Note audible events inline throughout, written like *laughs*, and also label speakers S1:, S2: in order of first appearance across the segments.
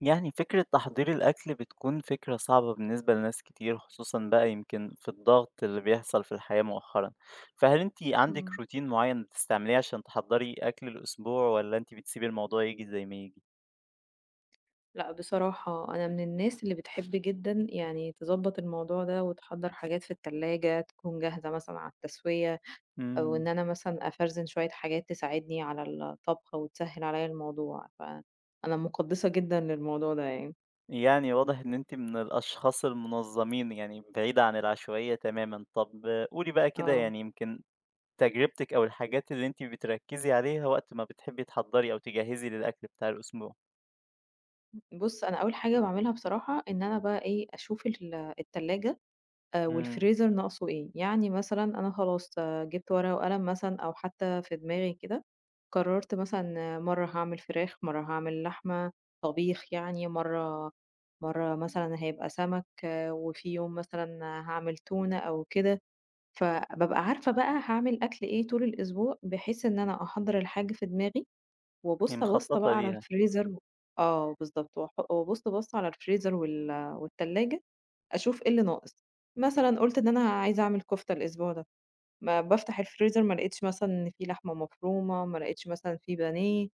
S1: يعني فكرة تحضير الأكل بتكون فكرة صعبة بالنسبة لناس كتير خصوصا بقى يمكن في الضغط اللي بيحصل في الحياة مؤخرا فهل انتي عندك
S2: إمم.
S1: روتين معين بتستعمليه عشان تحضري أكل الأسبوع ولا انتي بتسيبي الموضوع يجي زي ما يجي؟
S2: لأ بصراحة أنا من الناس اللي بتحب جدًا يعني تضبّط الموضوع ده وتحضّر حاجات في التلاجة تكون جاهزة مثلًا على التسوية، أو
S1: مم.
S2: إن أنا مثلًا أفرزن شوية حاجات تساعدني على الطبخ وتسهّل عليَّ الموضوع، فأنا مُقدّسة جدًا للموضوع ده يعني.
S1: يعني واضح ان انتي من الأشخاص المنظمين يعني بعيدة عن العشوائية تماما طب آه، قولي بقى كده
S2: آه.
S1: يعني يمكن تجربتك أو الحاجات اللي انتي بتركزي عليها وقت ما بتحبي تحضري أو تجهزي للأكل بتاع الأسبوع.
S2: بُص أنا أول حاجة باعملها بصراحة إن أنا بقى إيه، أشوف التلاجة
S1: مم.
S2: والفريزر ناقصه إيه، يعني مثلًا أنا خلاص آه، جبت ورقة وقلم مثلًا أو حتى في دماغي كده، قررت مثلًا آه، مرّة هاعمل فراخ، مرّة هاعمل لحمة، طبيخ يعني، مرّة مثلًا هيبقى سمك، آه، وفي يوم مثلًا هاعمل تونة أو كده، فبابقى عارفة بقى هاعمل أكل إيه طول الأسبوع، بحيث إن أنا أحضّر الحاجة في دماغي
S1: هي
S2: وأبُص بَصّة
S1: مخططة
S2: بقى على
S1: ليها.
S2: الفريزر. آه بالضبط، وأبُص بَصّة على الفريزر والتلاجة أشوف إيه اللي ناقص، مثلًا قُلت إن أنا عايزة أعمل كفتة الأسبوع ده، ما بافتح الفريزر ما لقيتش مثلًا إن في لحمة مفرومة، ما لقيتش مثلًا في بانيه،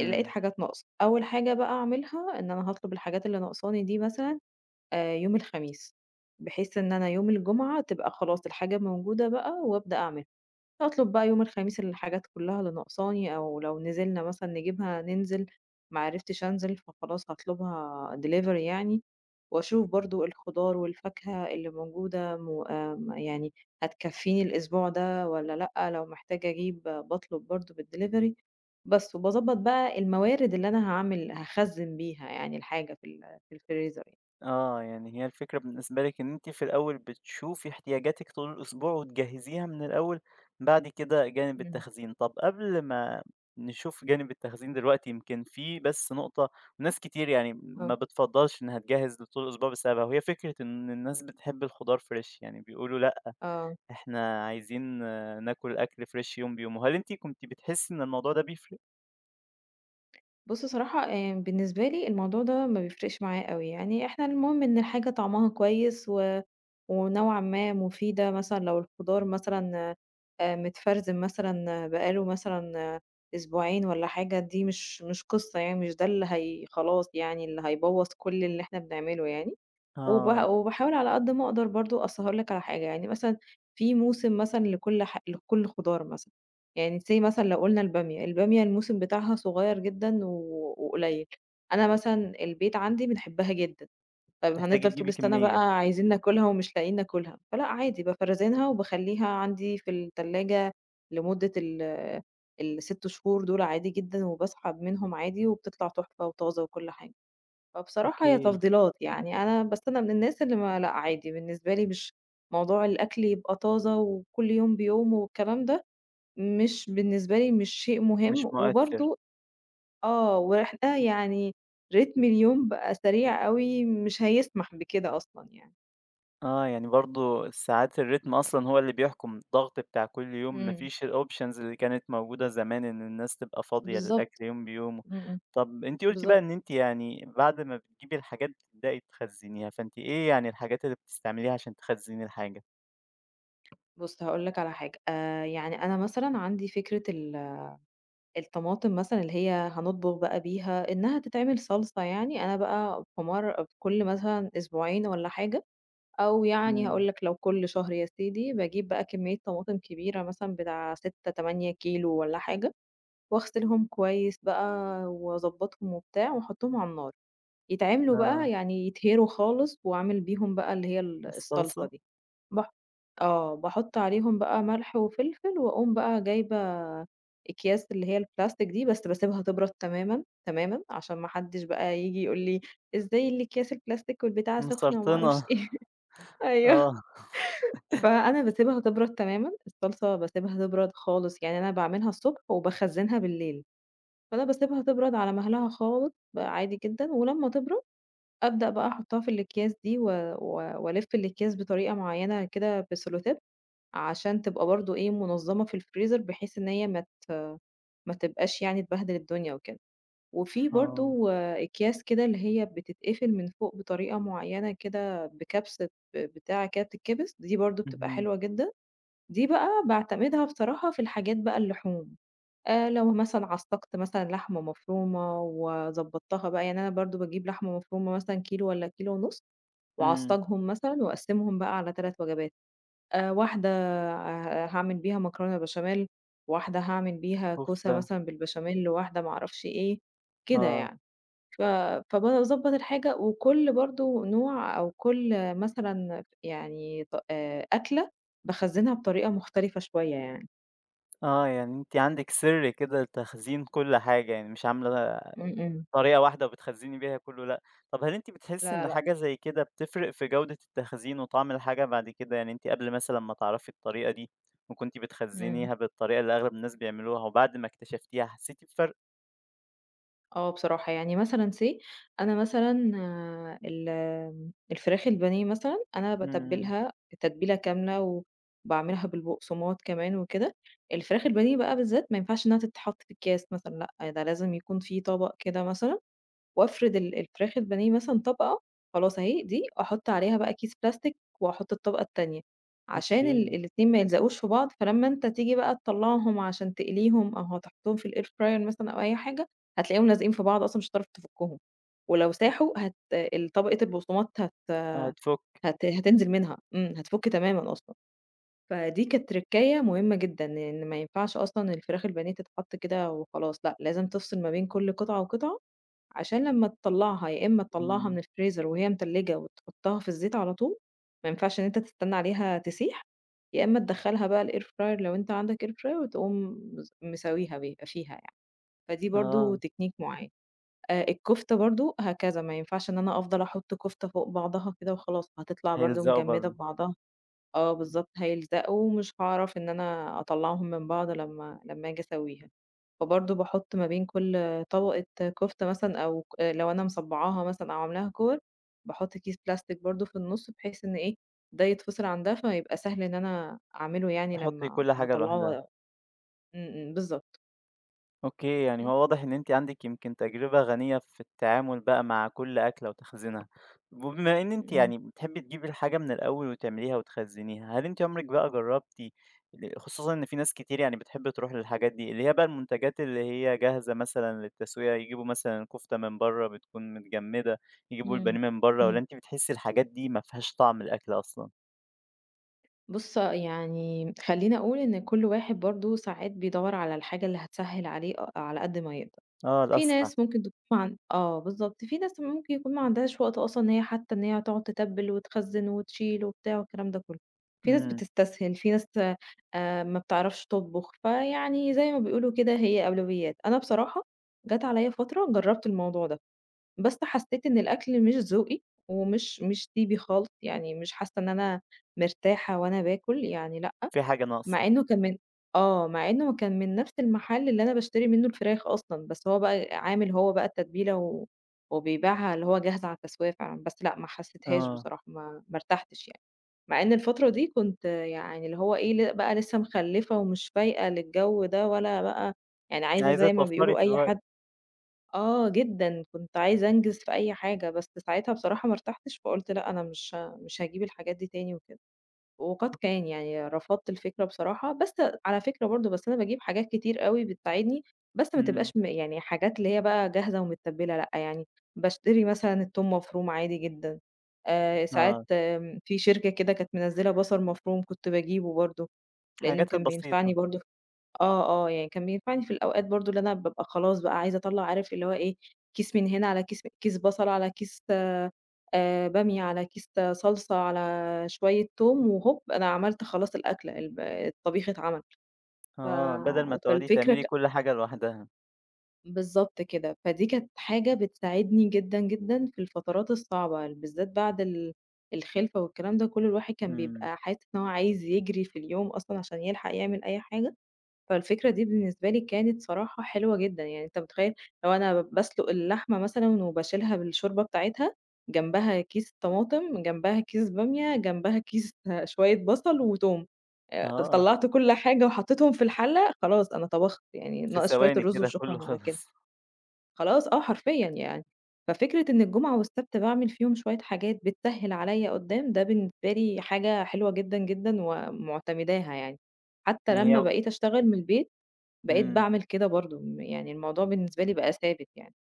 S2: لقيت حاجات ناقصة، أول حاجة بقى أعملها إن أنا هاطلب الحاجات اللي ناقصاني دي مثلًا يوم الخميس، بحيث إن أنا يوم الجمعة تبقى خلاص الحاجة موجودة بقى وأبدأ أعملها. أطلب بقى يوم الخميس الحاجات كلها اللي ناقصاني أو لو نزلنا مثلًا نجيبها ننزل، ما عرفتش أنزل فخلاص هاطلبها delivery يعني، وأشوف برضه الخضار والفاكهة اللي موجودة م آمم، يعني هتكفيني الأسبوع ده والّا لأ، لو محتاجة أجيب باطلب برضه بالdelivery بس، وباضبط بقى الموارد اللي أنا هاعمل هاخزّن بيها يعني الحاجة في في الفريزر يعني.
S1: آه، يعني هي الفكرة بالنسبة لِك إن أنتِ في الأول بتشوفي احتياجاتِك طول الأسبوع وتجهّزيها من الأول، بعد كده جانب
S2: إمم.
S1: التخزين. طَب قبل ما نشوف جانب التخزين دلوقتي، يمكن في بس نقطة ناس كتير يعني
S2: آه.
S1: ما بتفضّلش إنها تجهّز لطول الأسبوع بسببها، وهي فكرة إن الناس بتحب الخضار فريش، يعني بيقولوا لأ،
S2: آه. آه.
S1: إحنا عايزين آه، ناكل أكل فريش يوم بيومه. هل أنتِ كنتِ بتحسّي إن الموضوع ده بيفرق؟
S2: بُص صراحة بالنسبة لي الموضوع ده ما بيفرقش معايا أوي، يعني إحنا المهم إن الحاجة طعمها كويس ونوعًا ما مفيدة، مثلًا لو الخضار مثلًا متفرزن مثلًا بقى له مثلًا آه، أسبوعين والّا حاجة، دي مش قصة يعني، مش ده اللي هي خلاص يعني اللي هيبوظ كل اللي إحنا بنعمله يعني،
S1: آه،
S2: وباحاول على قد ما أقدر برضه أصل هاقول لك على حاجة، يعني مثلًا في موسم مثلًا لكل خضار مثلًا. يعني say مثلًا لو قُلنا البامية، البامية الموسم بتاعها صغيّر جدًا وقليّل، أنا مثلًا البيت عندي بنحبها جدًا، طيب
S1: بتحتاجي
S2: هنفضل طول
S1: تجيبي
S2: السَنة بقى
S1: كمية،
S2: عايزين ناكلها ومش لاقيين ناكلها، فلأ عادي بافرّزنها وباخلّيها عندي في التلاجة لمدة ال6 شهور دول عادي جدًا، وباسحب منهم عادي وبتطلع تحفة وطازة وكل حاجة، فبصراحة هي
S1: أوكي،
S2: تفضيلات، يعني أنا بس أنا من الناس اللي ما لأ عادي بالنسبة لي مش موضوع الأكل يبقى طازة وكل يوم بيوم والكلام ده، مش بالنسبة لي مش شيء
S1: مش
S2: مهم،
S1: مؤثر.
S2: وبرضه آه، وإحنا يعني رتم اليوم بقى سريع أوي مش هيسمح بكده أصلًا يعني.
S1: آه، يعني برضه ساعات الريتم أصلًا هو اللي بيحكم، الضغط بتاع كل يوم، ما
S2: إمم،
S1: فيش الoptions اللي كانت موجودة زمان إن الناس تبقى فاضية
S2: بالضبط،
S1: للأكل يوم بيومه.
S2: إمم، إمم،
S1: طب أنتِ قُلتِ بقى
S2: بالضبط.
S1: إن أنتِ يعني بعد ما بتجيبي الحاجات بتبدئي تخزّنيها، فأنتِ إيه يعني الحاجات اللي بتستعمليها عشان تخزّني الحاجة؟
S2: بُص هاقول لك على حاجة، يعني أنا مثلًا عندي فكرة الطماطم مثلًا اللي هي هنطبخ بقى بيها إنها تتعمل صلصة يعني، أنا بقى في كل مثلًا أسبوعين والّا حاجة، أو يعني
S1: إمم،
S2: هاقول لك لو كل شهر يا سيدي، باجيب بقى كمية طماطم كبيرة مثلًا بتاع 6، 8 كيلو والّا حاجة، واغسلهم كويس بقى واضبّطهم وبتاع واحطّهم على النار، يتعملوا بقى
S1: آه.
S2: يعني يتهروا خالص واعمل بيهم بقى اللي هي الصلصة
S1: الصلصة؟
S2: دي، باح آه، باحُط عليهم بقى ملح وفلفل وأقوم بقى جايبة أكياس اللي هي البلاستيك دي بس باسيبها تبرد تمامًا، تمامًا، عشان ما حدّش بقى ييجي يقول لي: "إزاي الأكياس البلاستيك والبتاعة سخنة وما
S1: مسرطنة،
S2: أعرفش إيه." *laughs* أيوه،
S1: آه،
S2: فأنا باسيبها تبرد تمامًا، الصلصة باسيبها تبرد خالص، يعني أنا باعملها الصبح وباخزّنها بالليل. فأنا باسيبها تبرد على مهلها خالص بقى عادي جدًا، ولمّا تبرد أبدأ بقى أحطها في الأكياس دي و وألِف الأكياس بطريقة معيّنة كده بسلوتيب، عشان تبقى برضه إيه منظمة في الفريزر بحيث إن هي ما تبقاش يعني تبهدل الدنيا وكده. وفي
S1: آه،
S2: برضه أكياس كده اللي هي بتتقفل من فوق بطريقة معيّنة كده بكبسة بتاع كده بتتكبس، دي برضه بتبقى
S1: اهم،
S2: حلوة جدًا. دي بقى باعتمدها بصراحة في الحاجات بقى اللحوم. لو مثلًا عصّقت مثلًا لحمة مفرومة وضبّطتها بقى، يعني أنا برضه باجيب لحمة مفرومة مثلًا كيلو والّا كيلو ونُص
S1: إمم،
S2: وأعصّجهم مثلًا وأقسّمهم بقى على 3 وجبات، واحدة هاعمل بيها مكرونة بشاميل، واحدة هاعمل بيها كوسة
S1: كفتة،
S2: مثلًا بالبشاميل، واحدة ما أعرفش إيه، كده
S1: آه،
S2: يعني. ف فباضبّط الحاجة وكل برضه نوع أو كل مثلًا يعني ط أكلة باخزّنها بطريقة مختلفة شوية يعني.
S1: آه، يعني أنتِ عندِك سر كده لتخزين كل حاجة، يعني مش عاملة
S2: إمم، إمم.
S1: طريقة واحدة وبتخزّني بيها كلّه لأ، طَب هل أنتِ بتحسّي إن
S2: لا، لأ.
S1: حاجة زي كده بتفرق في جودة التخزين وطعم الحاجة بعد كده؟ يعني أنتِ قبل مثلًا ما تعرفي الطريقة دي وكنتِ
S2: إمم.
S1: بتخزّنيها بالطريقة اللي أغلب الناس بيعملوها وبعد ما اكتشفتيها حسّيتِ بفرق؟
S2: آه بصراحة، يعني مثلًا say أنا مثلًا آه، الفراخ البانيه مثلًا، أنا
S1: إمم،
S2: باتبّلها تتبيلة كاملة وباعملها بالبقسماط كمان وكده، الفراخ البانيه بقى بالذات ما ينفعش إنها تتحط في أكياس مثلًا لأ، ده لازم يكون في طبق كده مثلًا وأفرد الفراخ البانيه مثلًا طبقة، خلاص أهي دي، أحُط عليها بقى كيس بلاستيك وأحُط الطبقة التانية، عشان
S1: أوكي،
S2: الاتنين ما يلزقوش في بعض، فلمّا أنت تيجي بقى تطلّعهم عشان تقليهم أو هتحطّهم في الair fryer مثلًا أو أي حاجة، هتلاقيهم لازقين في بعض أصلًا مش هتعرف تفُكّهم، ولو ساحوا هت ال طبقة البقسماط هت
S1: هتفُك
S2: هت هتنزل منها، إمم، هتفُك تمامًا أصلًا. فدي كانت تركاية مهمة جدًا، إن ما ينفعش أصلًا الفراخ البانيه تتحط كده وخلاص، لأ، لازم تفصل ما بين كل قطعة وقطعة عشان لمّا تطلّعها يا إمّا تطلّعها من
S1: إمم،
S2: الفريزر وهي متلّجة وتحطها في الزيت على طول، ما ينفعش إن أنت تستنى عليها تسيح، يا إمّا تدخّلها بقى الair fryer لو أنت عندك air fryer وتقوم مساويها بيها فيها يعني، فدي برضه
S1: آه،
S2: تكنيك معيّن. الكفتة برضه هكذا، ما ينفعش إن أنا أفضل أحُط كفتة فوق بعضها كده وخلاص، هتطلع برضه
S1: هيلزقوا
S2: مجمّدة
S1: برضه،
S2: في بعضها. آه بالضبط، هيلزقوا ومش هاعرف إن أنا أطلّعهم من بعض لمّا آجي أسويها. فبرضه باحُط ما بين كل طبقة كفتة مثلًا أو ك آه، لو أنا مصبّعاها مثلًا أو عاملاها كور، باحُط كيس بلاستيك برضه في النُص بحيث إن إيه، ده يتفصل عن ده فيبقى سهل إن أنا أعمله يعني
S1: تحُطّي
S2: لمّا
S1: كل
S2: لمّا
S1: حاجة
S2: أطلّعه.
S1: لوحدها.
S2: إمم، إمم، بالضبط.
S1: أوكي، يعني
S2: بس،
S1: هو واضح إن أنتِ عندِك يمكن تجربة غنية في التعامل بقى مع كل أكلة وتخزينها. وبما إن أنتِ
S2: إمم،
S1: يعني بتحبي تجيبي الحاجة من الأول وتعمليها وتخزنيها، هل أنتِ عمرِك بقى جربتِ خصوصًا إن في ناس كتير يعني بتحب تروح للحاجات دي، اللي هي بقى المنتجات اللي هي جاهزة مثلًا للتسوية، يجيبوا مثلًا كفتة من برّه بتكون متجمدة، يجيبوا البانيه
S2: إمم،
S1: من برّه، والّا
S2: إمم.
S1: أنتِ بتحسي الحاجات دي ما فيهاش طعم الأكل أصلًا؟
S2: بُص يعني خلّيني أقول إن كل واحد برضه ساعات بيدوّر على الحاجة اللي هتسهّل عليه على قد ما يقدر.
S1: آه،
S2: في
S1: الأسرع،
S2: ناس ممكن تكون مع آه بالضبط، في ناس ممكن يكون ما عندهاش وقت أصلًا إن هي حتى إن هي تقعد تتبّل وتخزّن وتشيل وبتاع والكلام ده كلّه، في ناس
S1: إمم،
S2: بتستسهل، في ناس ما بتعرفش تطبخ، فيعني زي ما بيقولوا كده هي أولويات. أنا بصراحة جات عليَّ فترة جرّبت الموضوع ده، بس حسّيت إن الأكل مش ذوقي ومش مش طيبي خالص، يعني مش حاسة إن أنا مرتاحة وأنا باكل، يعني لأ
S1: في حاجة ناقصة،
S2: مع إنه كان من مع إنه كان من نفس المحل اللي أنا باشتري منه الفراخ أصلًا، بس هو بقى عامل هو بقى التتبيلة وبيبيعها اللي هو جاهزة على التسوية فعلًا، بس لأ ما حسيتهاش
S1: آه،
S2: بصراحة، ما ارتحتش يعني، مع إن الفترة دي كنت يعني اللي هو إيه، بقى لسه مخلّفة ومش فايقة للجو ده ولا بقى يعني عايزة
S1: عايزة
S2: زي ما
S1: توفّري
S2: بيقولوا
S1: في
S2: أي
S1: الوقت،
S2: حد آه جدًا، كنت عايزة أنجز في أي حاجة، بس ساعتها بصراحة ما ارتحتش، فقُلت لأ أنا مش هاجيب الحاجات دي تاني وكده. وقد كان، يعني رفضت الفكرة بصراحة، بس على فكرة برضه بس أنا باجيب حاجات كتير أوي بتساعدني، بس ما
S1: إمم،
S2: تبقاش يعني حاجات اللي هي بقى جاهزة ومتبّلة لأ، يعني باشتري مثلًا التوم مفروم عادي جدًا، ساعات
S1: آه.
S2: في شركة كده كانت منزّلة بصل مفروم كنت باجيبه برضه، لإنه
S1: الحاجات
S2: كان بينفعني
S1: البسيطة،
S2: برضه آه، آه، يعني كان بينفعني في الأوقات برضه اللي أنا بابقى خلاص بقى عايزة أطلّع عارف اللي هو إيه، كيس من هنا على كيس بصل على كيس بامية، على كيس صلصة، على شوية توم، وهوب أنا عملت خلاص الأكلة الطبيخ اتعمل. ف
S1: آه، بدل ما تقعدي
S2: فالفكرة
S1: تعملي
S2: ك
S1: كل حاجة لوحدها،
S2: بالضبط كده. فدي كانت حاجة بتساعدني جدًا، جدًا في الفترات الصعبة، بالذات بعد الخلفة والكلام ده، كل الواحد كان
S1: إمم،
S2: بيبقى حاسس إن هو عايز يجري في اليوم أصلًا عشان يلحق يعمل أي حاجة. فالفكرة دي بالنسبة لي كانت صراحة حلوة جدًا، يعني أنت متخيّل لو أنا باسلُق اللحمة مثلًا وباشيلها بالشوربة بتاعتها، جنبها كيس طماطم، جنبها كيس بامية، جنبها كيس *laughs* شوية بصل وتوم،
S1: آه،
S2: طلّعت كل حاجة وحطيتهم في الحلة، خلاص أنا طبخت، يعني
S1: في
S2: ناقص شوية
S1: ثواني
S2: الرز
S1: كده
S2: وشكرًا
S1: كله
S2: على كده،
S1: خلص، *laughs*
S2: خلاص آه حرفيًا يعني. ففكرة إن الجمعة والسبت باعمل فيهم شوية حاجات بتسهِّل عليّا قُدّام، ده بالنسبة لي حاجة حلوة جدًا، جدًا ومعتمداها يعني. حتى
S1: إن
S2: لمّا
S1: هي
S2: بقيت أشتغل من البيت بقيت
S1: إمم،
S2: باعمل كده برضه، يعني الموضوع بالنسبة لي بقى ثابت يعني.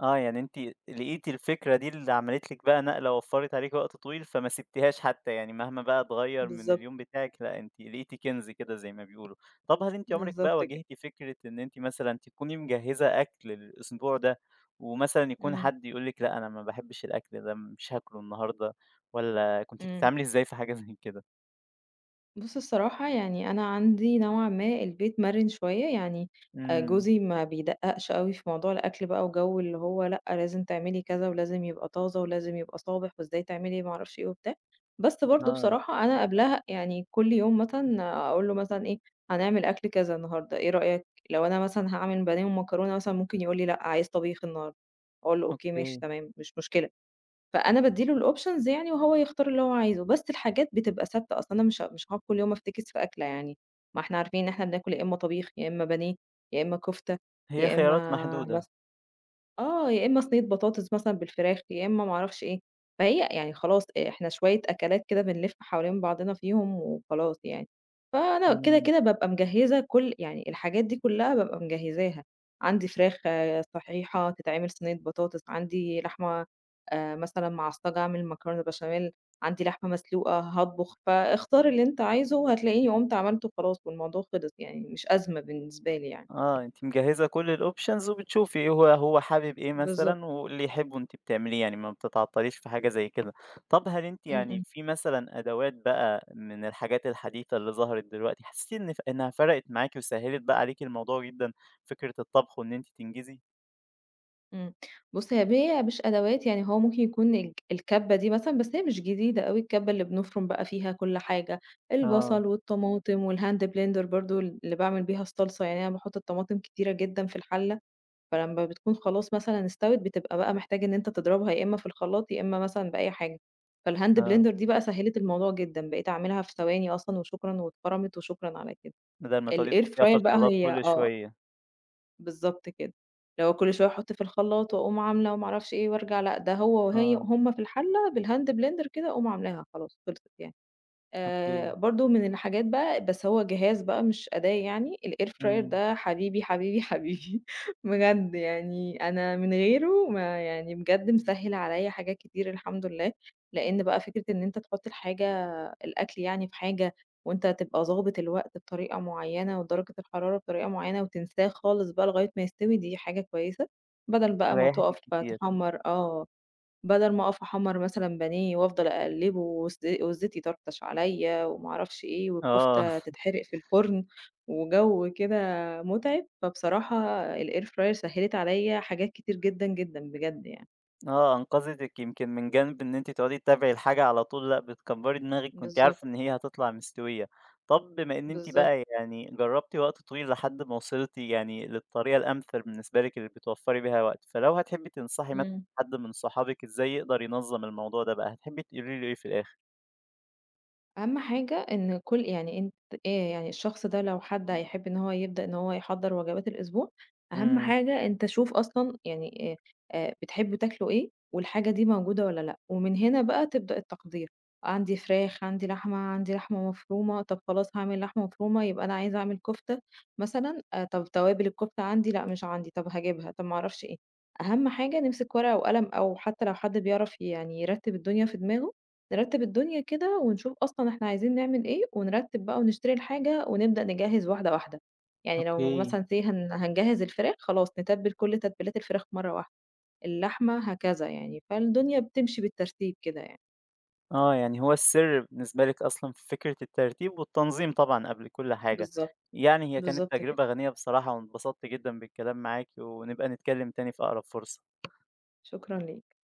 S1: آه، يعني أنتِ لقيتِ الفكرة دي اللي عملت لِك بقى نقلة، وفّرت عليكِ وقت طويل، فما سبتيهاش حتى، يعني مهما بقى اتغيّر من
S2: بالضبط،
S1: اليوم بتاعِك، لأ، أنتِ لقيتِ كنز كده زي ما بيقولوا. طَب هل أنتِ عمرِك بقى
S2: بالضبط
S1: واجهتِ
S2: كده.
S1: فكرة إن أنتِ مثلًا تكوني مجهّزة أكل للأسبوع ده، ومثلًا يكون
S2: إمم،
S1: حد يقول لِك لأ، أنا ما باحبش الأكل ده، مش هاكله النهارده، والّا كنتِ
S2: إمم.
S1: بتتعاملي إزاي في حاجة *laughs* زي كده؟
S2: بُص الصراحة يعني أنا عندي نوعًا ما البيت مَرِن شوية، يعني
S1: إمم،
S2: جوزي ما بيدقّقش أوي في موضوع الأكل بقى وجَو اللي هو لأ لازم تعملي كذا ولازم يبقى طازة ولازم يبقى صابح وإزاي تعملي ما اعرفش إيه وبتاع، بس برضه
S1: آه،
S2: بصراحة أنا قبلها يعني كل يوم مثلًا أقول له مثلًا إيه، هنعمل أكل كذا النهارده إيه رأيك؟ لو أنا مثلًا هاعمل بانيه ومكرونة مثلًا ممكن يقول لي لأ عايز طبيخ النهارده، أقول له أوكي ماشي
S1: أوكي،
S2: تمام مش مشكلة. فأنا بادّي له الoptions يعني وهو يختار اللي هو عايزه، بس الحاجات بتبقى ثابتة، أصل أنا مش هاقعد كل يوم أفتكس في أكلة يعني، ما إحنا عارفين إن إحنا بناكل يا إمّا طبيخ، يا إمّا بانيه، يا إمّا كفتة،
S1: هي
S2: يا
S1: خيارات
S2: إمّا إمم.
S1: محدودة،
S2: آه، يا إمّا صينية بطاطس مثلًا بالفراخ، يا إمّا ما أعرفش إيه، فهي يعني خلاص إحنا شوية أكلات كده بنلِف حوالين بعضنا فيهم وخلاص يعني، فأنا كده،
S1: إمم،
S2: كده بابقى مجهّزة كل يعني الحاجات دي كلّها بابقى مجهّزاها، عندي فراخ آه، صحيحة تتعمل صينية بطاطس، عندي لحمة مثلًا معصّجة أعمل مكرونة بشاميل، عندي لحمة مسلوقة هاطبخ، فاختار اللي أنت عايزه وهتلاقيني قُمت عملته وخلاص والموضوع خلص يعني، مش أزمة بالنسبة لي يعني.
S1: آه، أنتِ مجهزة كل الoptions وبتشوفي إيه هو حابب إيه
S2: بالضبط.
S1: مثلًا، واللي يحبه أنتِ بتعمليه، يعني ما بتتعطليش في حاجة زي كده. طب هل أنتِ
S2: إمم،
S1: يعني
S2: إمم.
S1: في مثلًا أدوات بقى من الحاجات الحديثة اللي ظهرت دلوقتي، حسيتِ إن ف إنها فرقت معاكِ وسهّلت بقى عليكِ الموضوع جدًا، فكرة الطبخ وإن أنتِ تنجزي؟
S2: إمم. بُص هي مش أدوات، يعني هو ممكن يكون الكَبّة دي مثلًا، بس هي مش جديدة أوي الكَبّة اللي بنفرُم بقى فيها كل حاجة،
S1: آه،
S2: البصل والطماطم والhand blender برضه اللي باعمل بيها الصلصة، يعني أنا باحُط الطماطم كتيرة جدًا في الحلّة، فلمّا بتكون خلاص مثلًا استوت، بتبقى بقى محتاج إن أنت تضربها يا إمّا في الخلاط، يا إمّا مثلًا بأي حاجة. فالhand
S1: آه،
S2: blender دي بقى سهِّلت الموضوع جدًا، بقيت أعملها في ثواني أصلًا وشكرًا واتفرَمِت وشكرًا على كده.
S1: بدل ما تقعدي
S2: الair
S1: تحطيها في
S2: fryer بقى
S1: الخلاط
S2: هي
S1: كل
S2: آه،
S1: شوية،
S2: بالضبط كده. اللي هو كل شوية أحُط في الخلاط وأقوم عاملة وما أعرفش إيه وأرجع لأ، ده هو
S1: آه،
S2: هُم في الحلة بالهاند blender كده أقوم عاملاها خلاص خلصت يعني.
S1: أوكي،
S2: برضه من الحاجات بقى بس هو جهاز بقى مش أداة يعني الair fryer
S1: إمم،
S2: ده حبيبي، حبيبي، حبيبي *laughs* بجد يعني أنا من غيره ما يعني بجد مسهّل عليّا حاجات كتير الحمد لله، لإن بقى فكرة إن أنت تحُط الأكل يعني في حاجة وأنت تبقى ضابط الوقت بطريقة معيّنة ودرجة الحرارة بطريقة معيّنة وتنساه خالص بقى لغاية ما يستوي دي حاجة كويسة، بدل بقى ما
S1: ريّحتِك
S2: تُقف
S1: كتير،
S2: تحمّر آه. بدل ما أقف أحمّر مثلًا بانيه وأفضل أقلّبه والزيت يطرطش عليّا وما أعرفش إيه،
S1: آه.
S2: والكفتة تتحرق في الفرن، وجو كده مُتعب، فبصراحة الair fryer سهّلِت عليّا حاجات كتير جدًا، جدًا بجد يعني.
S1: آه، أنقذتِك يمكن من جانب إن أنتِ تقعدي تتابعي الحاجة على طول لأ، بتكبّري دماغِك وأنتِ
S2: بالضبط،
S1: عارفة إن هي هتطلع مستوية. طب بما إن أنتِ
S2: بالضبط.
S1: بقى يعني جرّبتِ وقت طويل لحد ما وصلتِ يعني للطريقة الأمثل بالنسبة لِك اللي بتوفّري بيها وقت، فلو هتحبي تنصحي مثلًا
S2: إمم.
S1: حد من صحابِك إزاي يقدر ينظّم الموضوع ده بقى، هتحبي تقولي له إيه في الآخر؟
S2: أهم حاجة إن كل يعني أنت إيه يعني الشخص ده لو حد هيحب إن هو يبدأ إن هو يحضّر وجبات الأسبوع، أهم
S1: إمم،
S2: حاجة أنت شوف أصلًا يعني بتحبوا تاكلوا إيه والحاجة دي موجودة والّا لأ، ومن هنا بقى تبدأ التقدير، عندي فراخ، عندي لحمة، عندي لحمة مفرومة، طب خلاص هاعمل لحمة مفرومة يبقى أنا عايزة أعمل كفتة مثلًا، طب توابل الكفتة عندي، لأ مش عندي، طب هاجيبها، طب ما أعرفش إيه، أهم حاجة نمسك ورقة وقلم أو حتى لو حد بيعرف يعني يرتّب الدنيا في دماغه نرتّب الدنيا كده ونشوف أصلًا إحنا عايزين نعمل إيه، ونرتّب بقى ونشتري الحاجة ونبدأ نجهّز واحدة واحدة. يعني لو
S1: أوكي.
S2: مثلًا say هنجهّز الفراخ خلاص نتبِّل كل تتبيلات الفراخ مرّة واحدة، اللحمة هكذا يعني، فالدنيا بتمشي بالترتيب كده يعني.
S1: آه، يعني هو السر بالنسبة لِك أصلًا في فكرة الترتيب والتنظيم طبعًا قبل كل حاجة،
S2: بالضبط،
S1: يعني هي كانت
S2: بالضبط كده.
S1: تجربة غنية بصراحة وانبسطت جدًا بالكلام معاكِ، ونبقى نتكلم تاني في أقرب فرصة.
S2: شكرًا ليك.